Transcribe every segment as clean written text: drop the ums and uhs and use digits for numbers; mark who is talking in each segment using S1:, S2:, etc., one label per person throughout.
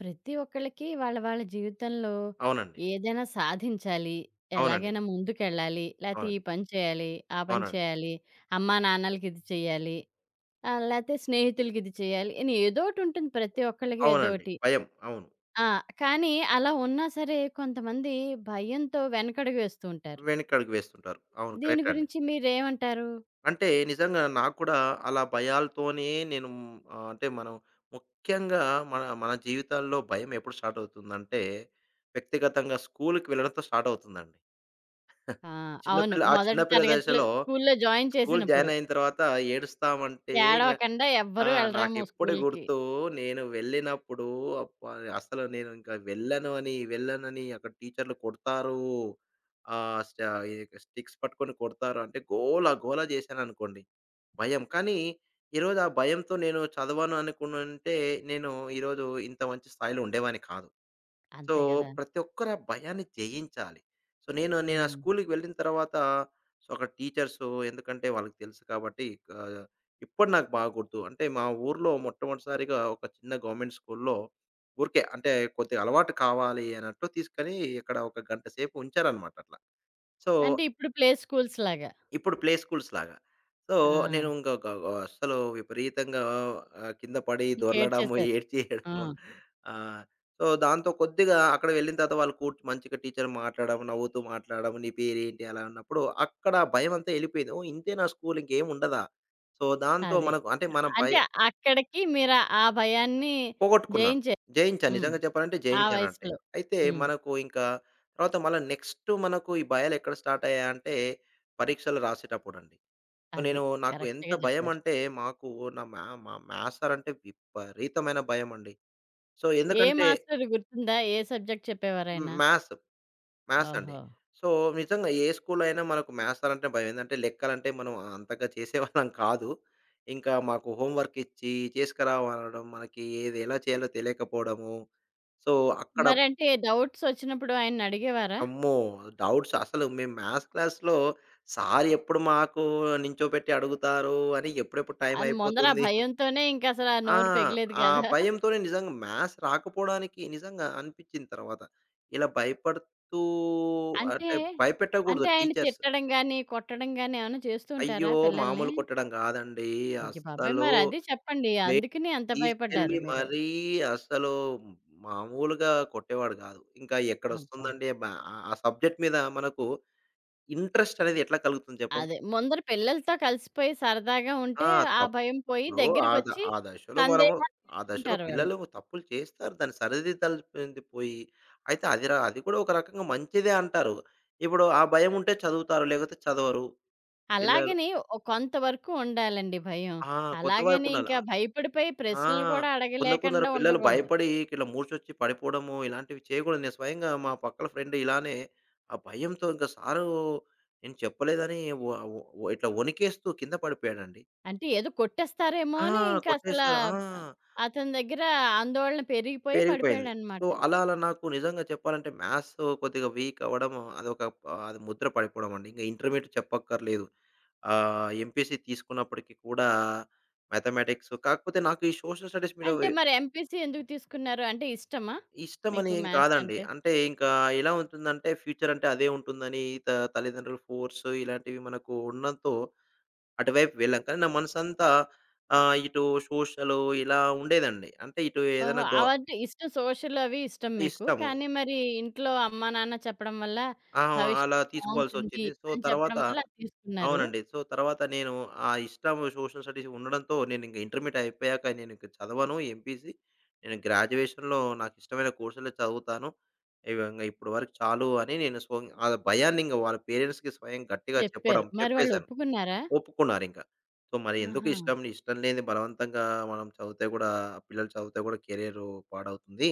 S1: ప్రతి ఒక్కళ్ళకి వాళ్ళ వాళ్ళ జీవితంలో
S2: అవునండి.
S1: ఏదైనా సాధించాలి.
S2: అవునండి.
S1: ఎలాగైనా ముందుకెళ్ళాలి. లేతే ఈ
S2: అవునండి.
S1: పని చేయాలి, ఆ పని
S2: అవునండి.
S1: చేయాలి, అమ్మా నాన్నలకి ఇది చేయాలి, లేతే స్నేహితులకి ఇది చేయాలి అని ఏదోటి ఉంటుంది ప్రతి ఒక్కళ్ళకి
S2: అవునండి.
S1: ఏదోటి.
S2: భయం. అవును.
S1: ఆ! కానీ అలా ఉన్నా సరే కొంతమంది భయంతో వెనకడుగు వేస్తూ ఉంటారు.
S2: వెనకడుగు వేస్తుంటారు. అవును.
S1: దీని
S2: కరెక్టే అండి.
S1: గురించి మీరేమంటారు?
S2: అంటే నిజంగా నాకు కూడా అలా భయాలతోనే నేను అంటే మనం ముఖ్యంగా మన మన జీవితాల్లో భయం ఎప్పుడు స్టార్ట్ అవుతుందంటే, వ్యక్తిగతంగా స్కూలుకి వెళ్ళడంతో స్టార్ట్ అవుతుందండి.
S1: ఆ! అవును.
S2: చిన్న
S1: మొదటి
S2: పిల్ల
S1: తరగతిలో
S2: దశలో
S1: స్కూల్లో జాయిన్
S2: స్కూల్
S1: చేసినప్పుడు
S2: జాయిన్ అయిన తర్వాత ఏడుస్తామంటే
S1: ఏడవకండా
S2: ఆ!
S1: ఎవ్వరూ వెళ్ళరేమో
S2: నాకెప్పుడు
S1: స్కూల్‌కి.
S2: గుర్తు నేను వెళ్ళినప్పుడు అబ్బా! అసలు నేను ఇంకా వెళ్ళను అని, వెళ్ళనని అక్కడ టీచర్లు కొడతారు. ఆహ్, స్ట ఈ స్టిక్స్ పట్టుకొని కొడతారు అంటే గోల, గోల చేశాననుకోండి. భయం. కానీ ఈరోజు ఆ భయంతో నేను చదవను అనుకునుంటే నేను ఈరోజు ఇంత మంచి స్థాయిలో ఉండేవాడిని కాదు. సో,
S1: అంతే గదా!
S2: ప్రతి ఒక్కరు ఆ భయాన్ని జయించాలి. సో, నేను నేను ఆ
S1: హ్మ్.
S2: స్కూల్‌కి వెళ్ళిన తర్వాత సో, అక్కడ టీచర్సు ఎందుకంటే వాళ్ళకి తెలుసు కాబట్టి ఆహ్, ఇప్పడు నాకు బాగా గుర్తు. అంటే మా ఊర్లో మొట్టమొదటిసారిగా ఒక చిన్న గవర్నమెంట్ స్కూల్‌లో ఊరికే అంటే కొద్దిగా అలవాటు కావాలి అన్నట్టు తీసుకొని ఇక్కడ ఒక గంట సేపు ఉంచారన్నమాట అట్లా. సో
S1: అంటే ఇప్పుడు ప్లే స్కూల్స్‌లాగా.
S2: ఇప్పుడు ప్లే స్కూల్స్‌లాగా. సో,
S1: ఆ!
S2: నేను ఇంక గ గ అస్సలు విపరీతంగా కింద పడి దొర్లడము,
S1: ఇంకేడ్చేశారు. ఆ!
S2: ఏడ్చేయడము. ఆహ్, సో, దాంతో కొద్దిగా అక్కడ వెళ్ళిన తర్వాత వాళ్ళు మంచిగా టీచర్ మాట్లాడడం, నవ్వుతూ మాట్లాడడం, "నీ పేరేంటి?" అలా అన్నప్పుడు అక్కడ భయమంతా ఎళ్ళిపోయింది. ఓహ్! ఇంతేనా స్కూల్ ఇంకేముండదా? సో, దాంతో
S1: అది.
S2: మనకు అంటే మన భయ
S1: అంటే అక్కడికి మీరు ఆ భయాన్ని
S2: పోగొట్టుకున్నాను.
S1: జయించారు.
S2: జయించాను.
S1: హ్మ్.
S2: నిజంగా చెప్పాలంటే
S1: ఆ
S2: జయించానంటే.
S1: వయసులో.
S2: అయితే
S1: హ్మ్.
S2: మనకు ఇంకా తర్వాత మళ్ళా నెక్స్ట్ మనకు ఈ భయాలెక్కడ స్టార్ట్ అయ్యాయంటే పరీక్షలు రాసేటప్పుడండి. సో,
S1: అది.
S2: నాకు ఎంత
S1: కరెక్ట్‌గా చెప్పారు.
S2: భయమంటే, మాకు నా మ్యా మా మ్యాథ్స్ సార్ అంటే విపరీతమైన భయమండి. సో,
S1: ఏ
S2: ఎందుకంటే
S1: మాస్టర్ గుర్తుందా? ఏ సబ్జెక్ట్
S2: హ్మ్.
S1: చెప్పేవారాయన?
S2: మ్యాథ్స్ అండి.
S1: ఓహో!
S2: సో, నిజంగా ఏ స్కూల్‌లో అయినా మనకు మ్యాథ్స్ సార్ అంటే భయం. ఏందంటే, లెక్కలంటే మనం అంతగా చేసేవాళ్ళం కాదు. ఇంకా మాకు హోమ్ వర్క్ ఇచ్చి చేసుకురావనడం, మనకి ఏది ఎలా చేయాలో తెలియకపోవడము. సో, అక్కడ
S1: మరంటే డౌట్స్ వచ్చినప్పుడు ఆయన్నడిగేవారా?
S2: అమ్మో! డౌట్స్ అసలు మేము మ్యాథ్స్ క్లాస్‌లో సార్ ఎప్పుడు మాకు నించోబెట్టి అడుగుతారు అని ఎప్పుడెప్పుడు టైం
S1: అని ముందర ఆ
S2: అయిపోతుంది
S1: భయంతోనే ఇంకసల
S2: ఆ!
S1: నోరు పెగిలేది
S2: ఆ
S1: కాదా?
S2: భయంతోనే నిజంగా మ్యాథ్స్ రాకపోవడానికి నిజంగా అనిపిచ్చింది తర్వాత. ఇలా భయపడుతూ
S1: అంటే
S2: అంటే భయపెట్టకూడదు
S1: అంటే ఆయన
S2: టీచర్స్.
S1: తిట్టడం గాని, కొట్టడం గాని ఏమన్నా చేస్తూ
S2: అయ్యో!
S1: ఉంటారా పిల్లల్ని?
S2: మామూలు కొట్టడం కాదండి.
S1: అయ్య బాబోయ్!
S2: అస్సలు
S1: మరదే చెప్పండి.
S2: వెయిట్
S1: అందుకనే అంత
S2: తీసుకెళ్ళి
S1: భయపడ్డారు మీరు.
S2: మరీ అస్సలు మామూలుగా కొట్టేవాడు కాదు. ఇంకా
S1: అబ్బా!
S2: ఎక్కడొస్తుందండి ఆ ఆ సబ్జెక్ట్ మీద మనకు ఇంట్రెస్ట్ అనేది ఎట్లా కలుగుతుంది చెప్పండి?
S1: అదే ముందర పిల్లలతో కలిసిపోయి సరదాగా
S2: ఆ!
S1: ఉంటే, ఆ భయం పోయి
S2: ఇప్పుడు ఆ ద
S1: దగ్గరికొచ్చి
S2: ఆ దశలో మనము
S1: సందేహాలు
S2: ఆ దశలో
S1: తీర్చుకుంటారు వాళ్ళు.
S2: పిల్లలు తప్పులు చేస్తారు. దాన్ని సరిదిద్దాల్సింది పోయి, అయితే అది కూడా ఒక రకంగా మంచిదే అంటారు. ఇప్పుడు ఆ భయముంటే చదువుతారు. లేకపోతే చదవరు. పిల్లలు
S1: అలాగని ఓ కొంతవరకు ఉండాలండి భయం.
S2: ఆ! కొంత వరకు
S1: అలాగని
S2: ఉండాలి.
S1: ఇంకా
S2: ఆ!
S1: భయపడిపోయి
S2: ఆ,
S1: ప్రశ్నలు కూడా
S2: కొందరు కొందరు
S1: అడగలేకుండా
S2: పిల్లలు
S1: ఉండకూడదు.
S2: భయపడి ఇట్లా మూర్చొచ్చి పడిపోవడము ఇలాంటివి చేయకూడదు. నేను స్వయంగా మా పక్కల ఫ్రెండ్ ఇలానే ఆ భయంతో ఇంక సారు నేను చెప్పలేదని వ వ ఇట్లా వణికేస్తూ కింద పడిపోయాడండి.
S1: అంటే ఏదో కొట్టేస్తారేమో
S2: ఆ!
S1: అని ఇంకా అసల
S2: కొట్టేసారు. ఆ!
S1: అతని దగ్గర ఆందోళన పెరిగిపోయి
S2: పెరిగిపోయింది. సో,
S1: పడిపోయాడనమాట.
S2: అలా అలా నాకు నిజంగా చెప్పాలంటే మ్యాథ్స్ కొద్దిగా వీక్ అవ్వడం అదొక అది ముద్ర పడిపోవడం అండి. ఇంక ఇంటర్మీడియేట్ చెప్పక్కర్లేదు. ఎంపీసీ తీసుకున్నప్పటికి కూడా మ్యాథమెటిక్స్ కాకపోతే నాకు ఈ సోషల్ స్టడీస్ మీద
S1: అంటే మరి ఎంపీసీ ఎందుకు తీసుకున్నారు? అంటే ఇష్టమా
S2: ఇష్టమని
S1: మీకు
S2: ఏం
S1: మ్యాథ్స్
S2: కాదండి.
S1: అంటే?
S2: అంటే ఇంకా ఎలా ఉంటుందంటే ఫ్యూచర్ అంటే అదే ఉంటుందని తల్లిదండ్రుల ఫోర్స్ ఇలాంటివి మనకు ఉండడంతో అటువైపు వెళ్ళాం. కానీ నా మనసంతా ఇటు సోషలు ఇలా ఉండేదండి. అంటే ఇటు ఏదైనా
S1: ఓహో!
S2: గో
S1: అవంటే ఇష్టం సోషల్ అవి ఇష్టం మీకు.
S2: ఇష్టము.
S1: కానీ మరి ఇంట్లో అమ్మా, నాన్న చెప్పడం వల్ల
S2: ఆ! అలా
S1: భవిష్యత్తు బావుంటుంది
S2: తీసుకోవాల్సొచ్చింది. సో,
S1: అని
S2: తర్వాత
S1: చెప్పడం వల్ల అది తీసుకున్నారు.
S2: అవునండి. సో, తర్వాత నేను ఆ ఇష్టం సోషల్ స్టడీస్ ఉండడంతో నేనింక ఇంటర్మీడియేట్ అయిపోయాక నేనింక చదవను ఎంపీసీ. నేను గ్రాడ్యుయేషన్‌లో నాకిష్టమైన కోర్సులే చదువుతాను. ఇవంగా ఇప్పటి వరకు చాలు అని నేను స్వ ఆ భయాన్నింక వాళ్ళ పేరెంట్స్‌కి స్వయం గట్టిగా చెప్పడం
S1: చెప్పారు. మరి వాళ్ళు
S2: చెప్పేసాను.
S1: ఒప్పుకున్నారా?
S2: ఒప్పుకున్నారింక. సో, మరి ఎందుకు
S1: ఆహా!
S2: ఇష్టం, ఇష్టం లేనిది బలవంతంగా మనం చదివితే కూడా పిల్లలు చదివితే కూడా కెరియరు పాడవుతుంది.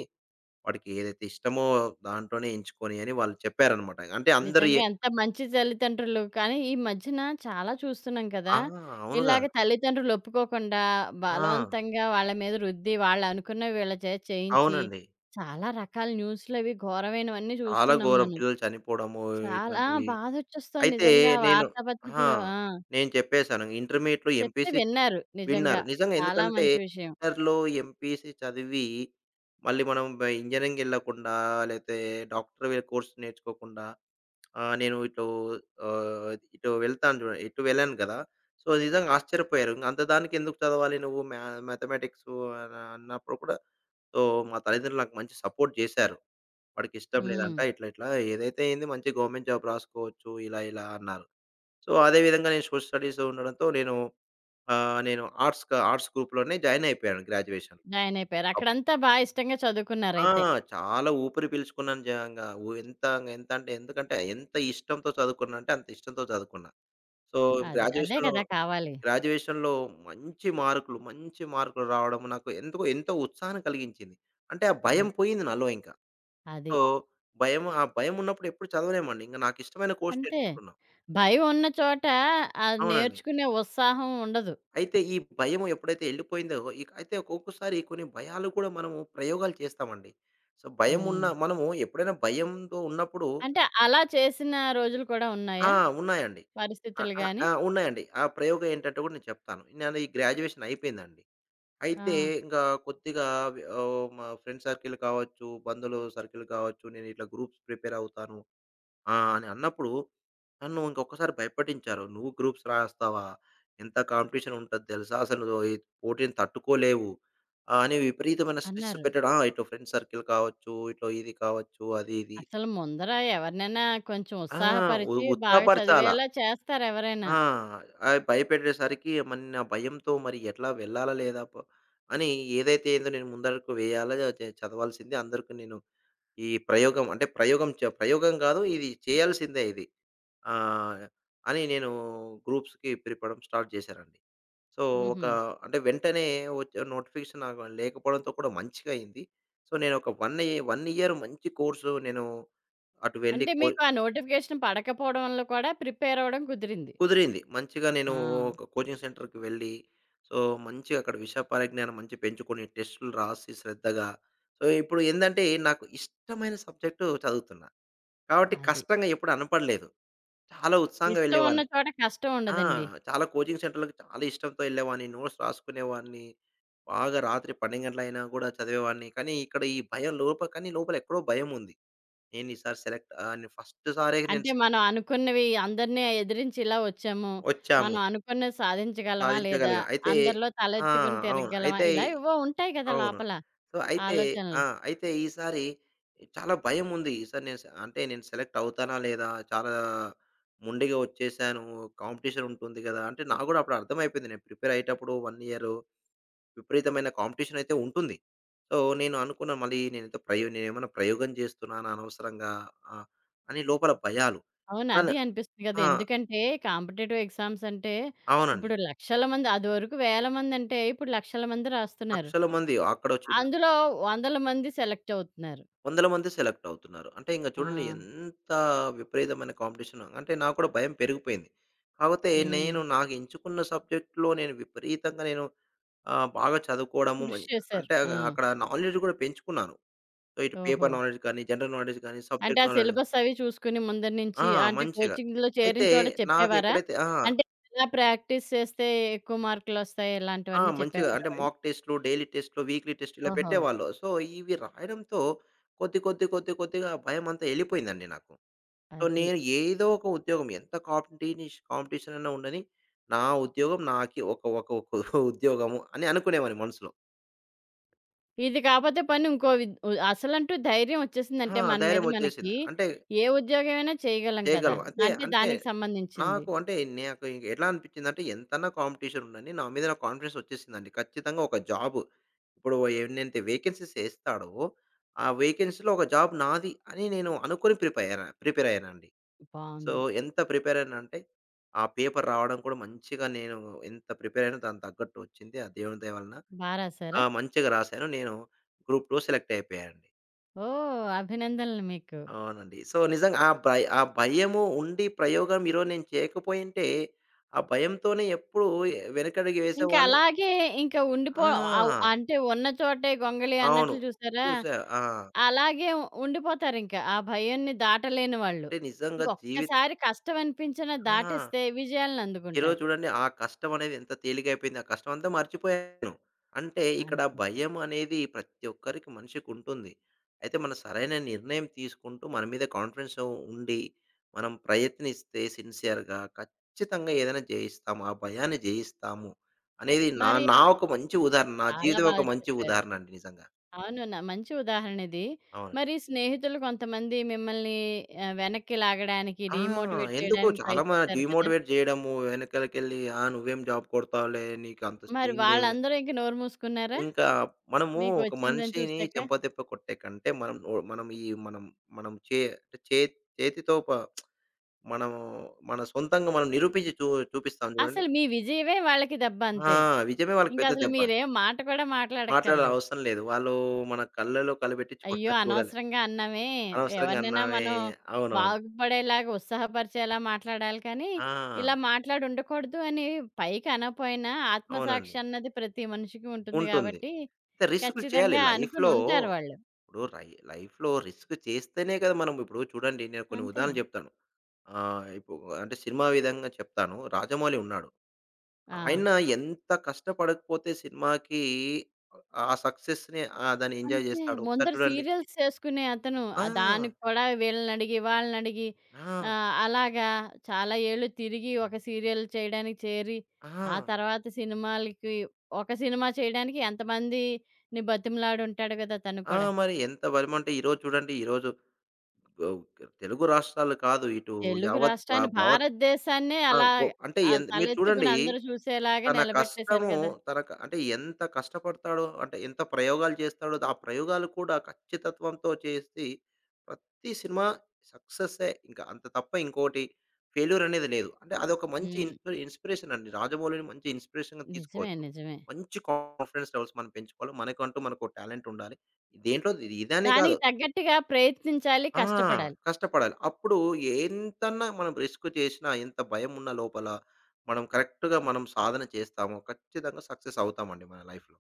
S2: వాడికి ఏదైతే ఇష్టమో దాంట్లోనే ఎంచుకొని అని వాళ్ళు చెప్పారనమాట. అంటే అందరి
S1: నిజంగా ఎంత మంచి తల్లిదండ్రులు. కానీ ఈ మధ్యన చాలా చూస్తున్నాం కదా!
S2: ఆ! అవునుగా.
S1: ఇలాగ తల్లిదండ్రులు ఒప్పుకోకుండా
S2: ఆ!
S1: బలవంతంగా వాళ్ళ మీద రుద్ది వాళ్ళనుకున్నవి వీళ్ళ చేత చేయించి
S2: అవునండి.
S1: చాలా రకాల న్యూస్‌లవి ఘోరమైనవన్నీ
S2: చాలా
S1: చూస్తున్నాం
S2: ఘోరం
S1: మనం.
S2: పిల్లలు చనిపోవడము
S1: చాలా
S2: ఇట్లాంటివి.
S1: బాధొచ్చేస్తోంది
S2: అయితే
S1: నిజంగా
S2: నేను ఆ!
S1: వార్తాపత్రికలో. ఆ!
S2: నేను చెప్పేసాను. ఇంటర్మీడియేట్‌లో
S1: చెప్తే
S2: ఎంపీసీ
S1: విన్నారు. నిజంగా.
S2: విన్నారు. నిజంగా
S1: చాలా
S2: ఎందుకంటే
S1: మంచి విషయం.
S2: ఇంటర్‌లో ఎంపీసీ చదివి మళ్ళీ మనం ఇంజినీరింగ్ ఎళ్ళకుండా లేతే డాక్టర్ వే కోర్స్ నేర్చుకోకుండా ఆహ్, నేను ఇటు ఆహ్, ఇటు వెళ్తాను చూడండి. ఇటు వెళ్ళాను కదా! సో, నిజంగా ఆశ్చర్యపోయారు. అంత దానికి ఎందుకు చదవాలి నువ్వు మ్యాథమెటిక్స్ అని అన్నప్పుడు కూడా సో, మా తల్లిదండ్రులు నాకు మంచి సపోర్ట్ జేశారు. "వాడికిష్టం లేదంట.
S1: హ్మ్.
S2: ఇట్లా ఇట్లా ఏదైతే అయింది మంచి గవర్నమెంట్ జాబ్ రాసుకోవచ్చు" ఇలా ఇలా అన్నారు. సో, అదే విధంగా నేను సోషల్ స్టడీస్ ఉండడంతో నేను ఆహ్, నేను ఆర్ట్స్ క ఆర్ట్స్ గ్రూప్‌లోనే జాయిన్ అయిపోయాను గ్రాడ్యుయేషన్.
S1: జాయిన్ అయిపోయారు.
S2: అప్
S1: అక్కడంతా బా ఇష్టంగా
S2: ఆ!
S1: చదువుకున్నారయితే.
S2: చాలా ఊపిరి పీల్చుకున్నాను జంగా ఉ ఎంత ఎంత అంటే ఎందుకంటే ఎంత ఇష్టంతో చదువుకున్నానంటే అంత ఇష్టంతో చదువుకున్నా. సో,
S1: అది. అదే
S2: గ్రాడ్యుయేషన్‌లో
S1: కదా! కావాలి.
S2: గ్రాడ్యుయేషన్‌లో మంచి మార్కులు రావడం నాకు ఎందుకో ఎంతో ఉత్సాహాన్ని కలిగించింది. అంటే ఆ
S1: అన్
S2: భయం పోయింది నాలో ఇంక.
S1: అది.
S2: సో, భయం ఆ భయమున్నప్పుడు ఎప్పుడు చదవలేమండి. ఇంక నాకిష్టమైన కోర్స్
S1: అంతే.
S2: నేర్చుకుంటున్నా.
S1: భయం ఉన్న చోట అది
S2: అవునండి.
S1: నేర్చుకునే ఉత్సాహం ఉండదు.
S2: అయితే ఈ భయం ఎప్పుడైతే ఎళ్ళిపోయిందో ఇక అయితే ఒక్కొక్కసారి కొన్ని భయాలు కూడా మనము ప్రయోగాలు చేస్తామండి. సో, భయమున్న
S1: హ్మ్.
S2: మనము ఎప్పుడైనా భయంతో ఉన్నప్పుడు
S1: అంటే అలా చేసిన రోజులు కూడా
S2: ఆ!
S1: ఉన్నాయా?
S2: ఉన్నాయండి.
S1: పరిస్థితులు గాని?
S2: ఆ! ఉన్నాయండి. ఆ ప్రయోగం ఏంటంటే కూడా నేను చెప్తాను. నాది గ్రాడ్యుయేషన్ అయిపోయిందండి.
S1: ఆ!
S2: అయితే ఇంకా కొద్దిగా మా ఫ్రెండ్ సర్కిల్ కావచ్చు, బంధువులు సర్కిల్ కావచ్చు, నేనిట్లా గ్రూప్స్ ప్రిపేర్ అవుతాను. ఆ! అని అన్నప్పుడు నన్ను ఇంకొకసారి భయపట్టించారు. "నువ్వు గ్రూప్స్ రాస్తావా? ఎంత కాంపిటీషన్ ఉంటది తెలుసా? అసలు నువ్వు ఈ పోటీని తట్టుకోలేవు" అని విపరీతమైన స్ట్రెస్
S1: అన్నారు.
S2: పెట్టడం. ఆ! ఇటు ఫ్రెండ్ సర్కిల్ కావచ్చు, ఇటు ఇది కావచ్చు, అది ఇది.
S1: అసలు ముందర ఎవరినైనా కొంచెం
S2: ఆ!
S1: ఉత్సాహపరిచి బాగా
S2: ఉత్సాహపరచాల.
S1: చదివేలా చేస్తారెవరైనా.
S2: ఆ! భయపెట్టేసరికి మరి నా భయంతో మరి ఎట్లా వెళ్ళాలా లేదా అని ఏదైతే ఏందో నేను ముందడుగు వేయాలా చదవాల్సింది. అందరికి నేను ఈ ప్రయోగం అంటే ప్రయోగం కాదు ఇది చేయాల్సిందే ఇది. ఆ! అని నేను గ్రూప్స్‌కి పిలపడం స్టార్ట్ చేశారండి. సో, ఒక
S1: హుహు.
S2: అంటే వెంటనే వచ్చే నోటిఫికేషన్ నాకు లేకపోవడంతో కూడా మంచిగా అయింది. సో, నేను ఒక 1 ఇయర్ మంచి కోర్సు నేను అటు వెళ్లి
S1: అంటే
S2: కో
S1: మీకు ఆ నోటిఫికేషన్ పడకపోవడం వల్ల కూడా ప్రిపేర్ అవ్వడం కుదిరింది.
S2: కుదిరింది. మంచిగా నేను
S1: ఆ!
S2: ఒక కోచింగ్ సెంటర్‌కి వెళ్లి, సో, మంచిగా అక్కడ విషయ పరిజ్ఞానం మంచిగా పెంచుకొని, టెస్టులు రాసి శ్రద్ధగా సో, ఇప్పుడు ఏందంటే నాకు ఇష్టమైన సబ్జెక్ట్ చదువుతున్నా. కాబట్టి
S1: అది.
S2: కష్టంగా ఎప్పుడు అనపడలేదు. చాలా ఉత్సాహంగా
S1: ఇష్టం ఉన్న
S2: వెళ్ళేవాడిని.
S1: చోట కష్టం
S2: ఆ!
S1: ఉండదండి.
S2: చాలా కోచింగ్ సెంటర్‌లకి చాలా ఇష్టంతో ఎళ్ళేవాడిని. నోట్స్ రాసుకునేవాడిని. బాగా రాత్రి 12 గంటలయినా కూడా చదివేవాడిని. కానీ ఇక్కడ ఈ భయం కానీ లోపల ఎక్కడో భయముంది. నేను ఈసారి సెలెక్ట్ ఆహ్, నేను ఫస్ట్ సారే నేను
S1: అంటే
S2: సె
S1: మనం అనుకున్నవి అందరిని ఎదిరించి ఇలా వచ్చాము.
S2: వచ్చాము.
S1: మనం అనుకున్నది సాధించగలమా? లేదా?
S2: సాధించగలిగాం. అయితే
S1: అందరిలో
S2: ఆ!
S1: తలెత్తుకుని
S2: అవును.
S1: తిరగగలమా?
S2: అయితే
S1: ఇలా ఏవో ఉంటాయి కదా!
S2: అవును.
S1: లోపల
S2: సో, అయితే ఆ!
S1: ఆలోచనలు.
S2: అయితే ఈసారి చాలా భయముంది. ఈసారి నేను సె అంటే నేను సెలెక్ట్ అవుతానా లేదా? చాలా మొండిగా వచ్చేసాను. కాంపిటీషన్ ఉంటుంది గదా! అంటే నాకు గూడా అప్పుడు అర్థమైపోయింది. నేను ప్రిపేర్ అయ్యేటప్పుడు 1 ఇయరు విపరీతమైన కాంపిటీషన్ అయితే ఉంటుంది. సో, నేను అనుకున్నా మళ్ళీ నేనేదో ప్రయో నేనేమన్నా ప్రయోగం చేస్తున్నానా అనవసరంగా ఆహ్, అని లోపల భయాలు.
S1: అవును.
S2: కానీ
S1: అది అనిపిస్తుంది కదా!
S2: ఆ!
S1: ఎందుకంటే కాంపిటీటివ్ ఎగ్జామ్స్ అంటే
S2: అవునండి.
S1: ఇప్పుడు లక్షల మంది అదివరకు వేల మంది అంటే ఇప్పుడు లక్షల మంది రాస్తున్నారు.
S2: లక్షల మంది అక్కడో చిన్న
S1: అందులో వందల మంది సెలెక్ట్ అవుతున్నారు.
S2: వందల మంది సెలెక్ట్ అవుతున్నారు. అంటే ఇంక
S1: ఆ!
S2: చూడండి ఎంత విపరీతమైన కాంపిటీషన్. అంటే నాకు కూడా భయం పెరిగిపోయింది. కాకపోతే
S1: హ్మ్.
S2: నాకు ఎంచుకున్న సబ్జెక్ట్‌లో నేను విపరీతంగా నేను ఆహ్, బాగా చదువుకోవడము
S1: కృషి చేశారు.
S2: అంటే
S1: ఆ!
S2: అక్కడ నాలెడ్జ్ కూడా పెంచుకున్నాను. సో, ఇటు
S1: ఓహో!
S2: పేపర్ నాలెడ్జ్ కానీ, జనరల్ నాలెడ్జ్ కానీ,
S1: అంటే
S2: సబ్జెక్ట్
S1: ఆ
S2: నాలెడ్జ్
S1: సిలబస్ అవి చూసుకొని ముందర
S2: ఆ!
S1: నుంచి అంటే
S2: మంచిగా.
S1: కోచింగ్‌లో చేరిన
S2: అయితే
S1: చోట
S2: నాకు
S1: చెప్పేవారా?
S2: ఎప్పుడైతే ఆ!
S1: అంటే ఎలా ప్రాక్టీస్ చేస్తే ఎక్కువ మార్కులొస్తాయి
S2: ఆ!
S1: ఇలాంటివన్నీ
S2: మంచిగా
S1: చెప్పేవారా
S2: అంటే
S1: వాళ్ళు?
S2: మాక్ టెస్ట్‌లు, డైలీ టెస్ట్‌లు, వీక్లీ టెస్ట్ ఇలా
S1: ఓహో!
S2: పెట్టేవాళ్ళు. సో, ఇవి రాయడంతో కొద్ది, కొద్ది, కొద్ది, కొద్దిగా భయమంతా ఎళ్ళిపోయిందండి నాకు. సో,
S1: అది.
S2: నేను ఏదో ఒక ఉద్యోగం ఎంత కాంపిటీషన్ అన్నా ఉండని, నా ఉద్యోగం నాకి ఒక ఒక ఒక ఉద్యోగము అని అనుకునేవాడిని మనసులో.
S1: ఇది కాపోతే పోనీ ఇంకో విద్ ఉ అసలంటూ ధైర్యం వచ్చేసిందంటే
S2: ఆ!
S1: మన మీద
S2: ధైర్యం వచ్చేసింది.
S1: మనకి
S2: అంటే
S1: ఏ ఉద్యోగమైనా చేయగలం కదా!
S2: చేయగలం. అయితే
S1: అంటే
S2: అంటే
S1: దానికి సంబంధించింది.
S2: నాకు అంటే నాకు ఇంక ఎట్లా అనిపించిందంటే ఎంతన్నా కాంపిటీషన్ ఉండని నా మీద నాకు కాన్ఫిడెన్స్ వచ్చేసిందండి. ఖచ్చితంగా ఒక జాబ్ ఇప్పుడు ఎన్నైతే వేకెన్సీస్ ఏస్తాడో, ఆ వేకెన్సీలో ఒక జాబ్ నాది అని నేను అనుకోని ప్రిపేర్ అయ్యానండి. సో,
S1: బావుంది.
S2: ఎంత ప్రిపేర్ అయ్యానంటే ఆ పేపర్ రావడం కూడా మంచిగా నేను ఎంత ప్రిపేర్ అయ్యానో దానికి తగ్గట్టు వచ్చింది. ఆ దేవుని దయ వలన.
S1: బా
S2: ఆ!
S1: రాసారా?
S2: మంచిగా రాసాను. నేను గ్రూప్ 2 సెలెక్ట్ అయిపోయానండి.
S1: ఓహ్! అభినందనలు మీకు.
S2: అవునండి. సో, నిజంగా ఆ భయము ఉండి ప్రయోగం ఈరోజు నేను చేయకపోయుంటే, ఆ భయంతోనే ఎప్పుడు వెనకడుగు
S1: ఇంకా
S2: వేసేవాడిని.
S1: అలాగే ఇంకా ఉండిపో అవ్
S2: ఆ!
S1: అంటే ఉన్న చోటే గొంగలి
S2: అవును.
S1: అన్నట్లు చూసారా?
S2: చూసా. ఆ!
S1: అలాగే ఉండిపోతారింకా. ఆ భయాన్ని దాటలేని వాళ్ళు.
S2: అంటే నిజంగా
S1: ఇంకొక్కసారి కష్టం అనిపించినా
S2: ఆ!
S1: దాటేస్తే విజయాలను
S2: ఈరోజు
S1: అందుకుంటారు.
S2: చూడండి ఆ కష్టం అనేది ఎంత తేలికైపోయింది. ఆ కష్టం అంతా మర్చిపోయాను. అంటే ఇక్కడ
S1: అంతే.
S2: భయం అనేది ప్రతి ఒక్కరికి మనిషికి ఉంటుంది. అయితే మనం సరైన నిర్ణయం తీసుకుంటూ మన మీద కాన్ఫిడెన్స్ ఉండి, మనం ప్రయత్నిస్తే సిన్సియర్‌గా ఖచ్చితంగా ఏదైనా జయిస్తాము. ఆ భయాన్ని జయిస్తాము అనేది నా
S1: మరి
S2: నా ఒక మంచి ఉదాహరణ. నా
S1: చాలా
S2: జీవితం ఒక
S1: బాగా
S2: మంచి
S1: చెప్పారు.
S2: ఉదాహరణ అండి నిజంగా.
S1: అవును. న మంచి ఉదాహరణ ఇది.
S2: అవును.
S1: మరి స్నేహితులు కొంతమంది మిమ్మల్ని వెనక్కి లాగడానికి,
S2: ఆ!
S1: డీమోటివేట్
S2: ఎందుకో
S1: చేయడానికి ట్రై
S2: చాలా
S1: చేశారు కదా!
S2: డీమోటివేట్ జేయడము, వెనకాలకెళ్ళి "ఆ! నువ్వేం జాబ్ కొడతావులే, నీకు అంత
S1: మరి
S2: సీన్ లేదులే."
S1: వాళ్ళందరూ ఇంక నోరు మూసుకున్నారా?
S2: ఇంకా మనము
S1: మీకు
S2: ఒక
S1: వచ్చిందని
S2: మనిషిని
S1: చూసాక?
S2: చెంపదెప్ప కొట్టే కంటే, మనం నో మనం ఈ మనం మనం చే అంటే చే చేతితో ప మనము మన సొంతంగా మనం నిరూపించి చూ చూపిస్తాం చూడండి.
S1: అసలు మీ విజయమే వాళ్ళకి దెబ్బ
S2: ఆ!
S1: అంతే.
S2: విజయమే వాళ్ళకి పెద్ద
S1: ఇంకసలు
S2: దెబ్బ.
S1: మీరేం మాట కూడా
S2: మాట్లాడే
S1: మాట్లాడక్కర్లేదు.
S2: అవసరం లేదు. వాళ్ళు మన కళ్ళలో కళ్ళబెట్టి
S1: అయ్యో!
S2: చూడనే చూడలే.
S1: అనవసరంగా అన్నామే,
S2: అనవసరంగా
S1: ఎవరినైనా
S2: అన్నావే
S1: మనం
S2: అవునవును.
S1: బాగుపడేలాగా, ఉత్సాహపరిచేలా మాట్లాడాలి కానీ,
S2: ఆ!
S1: ఇలా మాట్లాడి ఉండకూడదు అని పైకి అనకపోయినా ఆత్మసాక్షి
S2: అవునండి.
S1: అన్నది ప్రతి మనిషికి ఉంటుంది
S2: ఉంటుంది.
S1: గాబట్టి,
S2: అయితే రిస్కులు చేయాలి
S1: ఖచ్చితంగా అనుకుని
S2: లైఫ్‌లో.
S1: ఉంటారు వాళ్ళు.
S2: ఇప్పుడు లైఫ్‌లో రిస్క్ చేస్తేనే కదా! మనం ఇప్పుడు చూడండి నేను కొన్ని
S1: అంతే.
S2: ఉదాహరణలు చెప్తాను. ఆ! ఇప్పు అంటే సినిమా విధంగా చెప్తాను. రాజమౌళి ఉన్నాడు.
S1: ఆ!
S2: ఆయన ఎంత కష్టపడకపోతే సినిమాకి ఆ సక్సెస్‌ని దాన్ని ఎంజాయ్
S1: అంతే.
S2: జేస్తాడు. ఒకసారి
S1: ముందర
S2: చూడండి.
S1: సీరియల్స్ చేసుకునే అతను
S2: ఆ!
S1: దానికి కూడా వీళ్ళనడిగి, వాళ్ళనడిగి
S2: ఆ!
S1: అలాగా చాలా ఏళ్ళు తిరిగి ఒక సీరియల్ చేయడానికి చేరి, ఆ
S2: ఆ!
S1: తర్వాత సినిమాలకి ఒక సినిమా చేయడానికి ఎంతమందిని బతిమలాడుంటాడు కదా! తను
S2: ఆ!
S1: కూడా.
S2: మరి ఎంత బలమంటే ఈరోజు చూడండి. ఈరోజు గో తెలుగు రాష్ట్రాలు కాదు. ఇటు
S1: తెలుగు
S2: యావత్ భ
S1: రాష్ట్రాన్ని,
S2: భావత్
S1: భారతదేశాన్నే
S2: ఆహ్,
S1: అలా
S2: గొ అంటే ఎంత మీరు చూడండి
S1: తలెత్తుకుని అందరూ చూసేలాగా
S2: తన
S1: నిలబెట్టేశారు
S2: కష్టము
S1: కదా!
S2: అంటే ఎంత కష్టపడతాడో, అంటే ఎంత ప్రయోగాలు చేస్తాడో, ఆ ప్రయోగాలు కూడా ఖచ్చితత్వంతో చేసి ప్రతి సినిమా సక్సెస్సే. ఇంకా అంత తప్ప ఇంకోటి ఫెయిల్యూర్ అనేది లేదు. అంటే అదొక మంచి
S1: హ్మ్.
S2: ఇన్‌స్పిరేషన్ అండి. 'రాజమౌళిని' మంచి ఇన్‌స్పిరేషన్‌గా
S1: నిజమే.
S2: తీసుకోవచ్చు.
S1: నిజమే.
S2: మంచి కాన్ఫిడెన్స్ లెవెల్స్ మనం పెంచుకోవాలి. మనకంటూ మనకు టాలెంట్ ఉండాలి. దేంట్లో ఇది- ఇదనే కాదు.
S1: దానికి తగ్గట్టుగా ప్రయత్నించాలి,
S2: ఆ!
S1: కష్టపడాలి.
S2: కష్టపడాలి. అప్పుడు ఎంతన్నా మనం రిస్క్ చేసినా, ఎంత భయమున్న లోపల, మనం సాధన చేస్తామో, ఖచ్చితంగా సక్సెస్ అవుతామండి మన లైఫ్‌లో.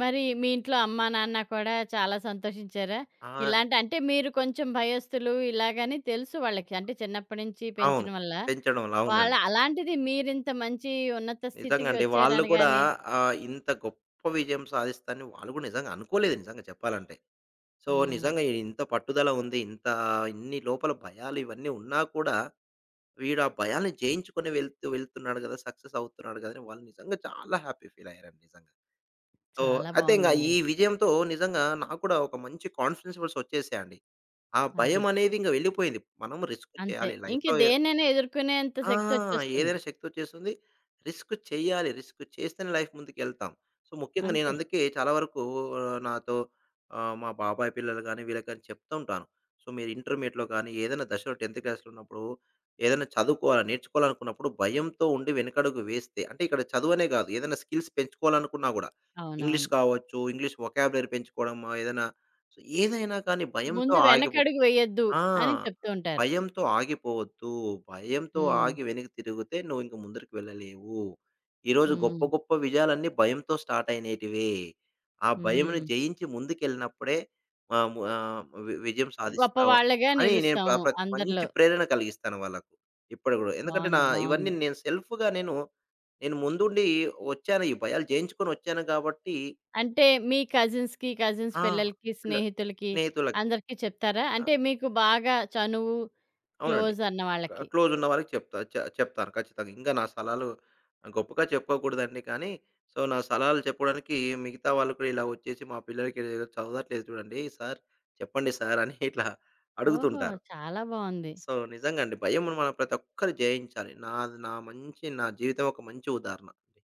S1: మరి మీ ఇంట్లో అమ్మా, నాన్న కూడా చాలా సంతోషించారా?
S2: ఆ!
S1: ఇలాంటి అంటే మీరు కొంచెం భయస్థులు ఇలాగని తెలుసు వాళ్ళకి. అంటే చిన్నప్పటి నుంచి
S2: అవును.
S1: పెంచడం వల్ల.
S2: పెంచడంలో.
S1: వాళ్ళ
S2: అవునండి.
S1: అలాంటిది మీరింత మంచి ఉన్నత
S2: నిజంగా
S1: స్థితికి
S2: అండి. వాళ్ళు కూడా
S1: వచ్చారనగానే
S2: ఇంత గొప్ప విజయం సాధిస్తారని వాళ్ళు కూడా నిజంగా అనుకోలేదు నిజంగా చెప్పాలంటే. సో,
S1: హ్మ్.
S2: నిజంగా ఇంత పట్టుదల ఉంది. ఇంత ఇన్ని లోపల భయాలు ఇవన్నీ ఉన్నా కూడా, వీడు ఆ భయాల్ని జయించుకొని వెళ్తూ వెళ్తున్నాడు కదా! సక్సెస్ అవుతున్నాడు కదా! అని వాళ్ళు నిజంగా చాలా హ్యాపీ ఫీల్ అయ్యారండి నిజంగా. సో,
S1: చాలా
S2: అయితే ఇంగ
S1: బావుందండి.
S2: ఈ విజయంతో నిజంగా నాకు కూడా ఒక మంచి కాన్ఫిడెన్స్ లెవెల్స్ వచ్చేసాయండి. ఆ
S1: అది.
S2: భయం అనేది ఇంక వెళ్ళిపోయింది. మనం రిస్క్
S1: అంతే.
S2: చేయాలి
S1: ఇంక
S2: లైఫ్‌లో
S1: దేన్నైనా ఎదుర్కొనేంత
S2: ఆ!
S1: శక్తొచ్చేస్తుంది.
S2: ఏదైనా శక్తోచ్చేస్తుంది. రిస్క్ చేయాలి. రిస్క్ చేస్తేనే లైఫ్ ముందుకెళ్తాం. సో, ముఖ్యంగా నేను
S1: అంతే.
S2: అందుకే చాలా వరకు నాతో మా బాబాయ్ పిల్లలు గాని, వీళ్ళకి గాని చెప్తూ ఉంటాను. సో, మీరు ఇంటర్మీడియేట్‌లో గాని, ఏదైనా దశలో 10థ్ క్లాస్‌లో ఉన్నప్పుడు, ఏదైనా చదువుకోవాలి, నేర్చుకోవాలనుకున్నప్పుడు భయంతో ఉండి వెనకడుగు వేస్తే అంటే ఇక్కడ చదువనే కాదు. ఏదైనా స్కిల్స్ పెంచుకోవాలనుకున్నా గూడా, ఇంగ్లీష్
S1: అవునవును.
S2: కావచ్చు, ఇంగ్లీష్ వొకాబులరీ పెంచుకోవడం, ఏదైనా సో, ఏదైనా కానీ భయంతో
S1: ముందు
S2: ఆగిపో
S1: వెనకడుగు వేయొద్దు
S2: ఆ!
S1: అని చెప్తూ ఉంటారు.
S2: భయంతో ఆగిపోవద్దు. భయంతో
S1: హ్మ్.
S2: ఆగి వెనక్కి తిరిగితే నువ్వింక ముందరికి వెళ్ళలేవు. ఈరోజు గొప్ప
S1: హ్మ్.
S2: గొప్ప విజయాలన్నీ భయంతో స్టార్ట్ అయినేటివే. ఆ భయంని
S1: హ్మ్.
S2: జయించి ముందుకెళ్ళినప్పుడే ఆహ్, ము ఆహ్, వి విజయం సాధిస్తావు
S1: గొప్పవాళ్ళుగా
S2: అని నేను ప్ర
S1: నిలుస్తాము
S2: ప్ర మంచి
S1: అందరిలో.
S2: ప్రేరణ కలిగిస్తాను వాళ్ళకు. ఇప్పటికి గూడా. ఎందుకంటే నా
S1: బావుంది.
S2: ఇవన్నీ
S1: బావుంది.
S2: నేను సెల్ఫ్‌గా నేను, నేను ముందుండి వచ్చాను. ఈ భయాలు జయించుకొని వచ్చాను గాబట్టి
S1: అంటే మీ కజిన్స్‌కి, కజిన్స్
S2: ఆ!
S1: పిల్లలకి,
S2: పిల్ల
S1: స్నేహితులకి
S2: స్నేహితులకి.
S1: అందరికి చెప్తారా?
S2: ఆ!
S1: అంటే మీకు బాగా చనువు,
S2: అవునండి.
S1: క్లోజ్ అన్న వాళ్ళకి.
S2: క్లోజ్ ఉన్న వాళ్ళకి చెప్తా. చెప్తాను ఖచ్చితంగా. ఇంకా నా సలహాలు గొప్పగా చెప్పుకోకూడదండి. కానీ సో, నా సలహాలు చెప్పడానికి మిగతా వాళ్ళు కూడా ఇలా వచ్చేసి మా పిల్లలకి ఏదో చదవట్లేదు చూడండి సార్, చెప్పండి సార్ అని ఇట్లా
S1: ఓహో!
S2: అడుగుతుంటారు.
S1: చాలా బావుంది.
S2: సో, నిజంగా అండి భయమును మనం ప్రతి ఒక్కరు జయించాలి. నాది నా మంచి నా జీవితం ఒక మంచి ఉదాహరణ. అండి.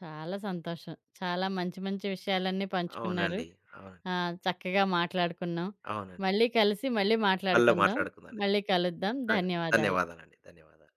S1: చాలా సంతోషం. చాలా మంచి మంచి విషయాలన్నీ పంచుకున్నారు.
S2: అవునండి. అవునండి.
S1: చక్కగా మాట్లాడుకున్నాం.
S2: అవునండి.
S1: మళ్ళీ కలిసి మళ్ళీ
S2: మళ్ళా
S1: మాట్లాడుకుందాం.
S2: మాట్లాడుకుందామండి.
S1: మళ్ళీ కలుద్దాం. ధన్యవాదాలు.
S2: ధన్యవాదాలండి. ధన్యవాదాలు.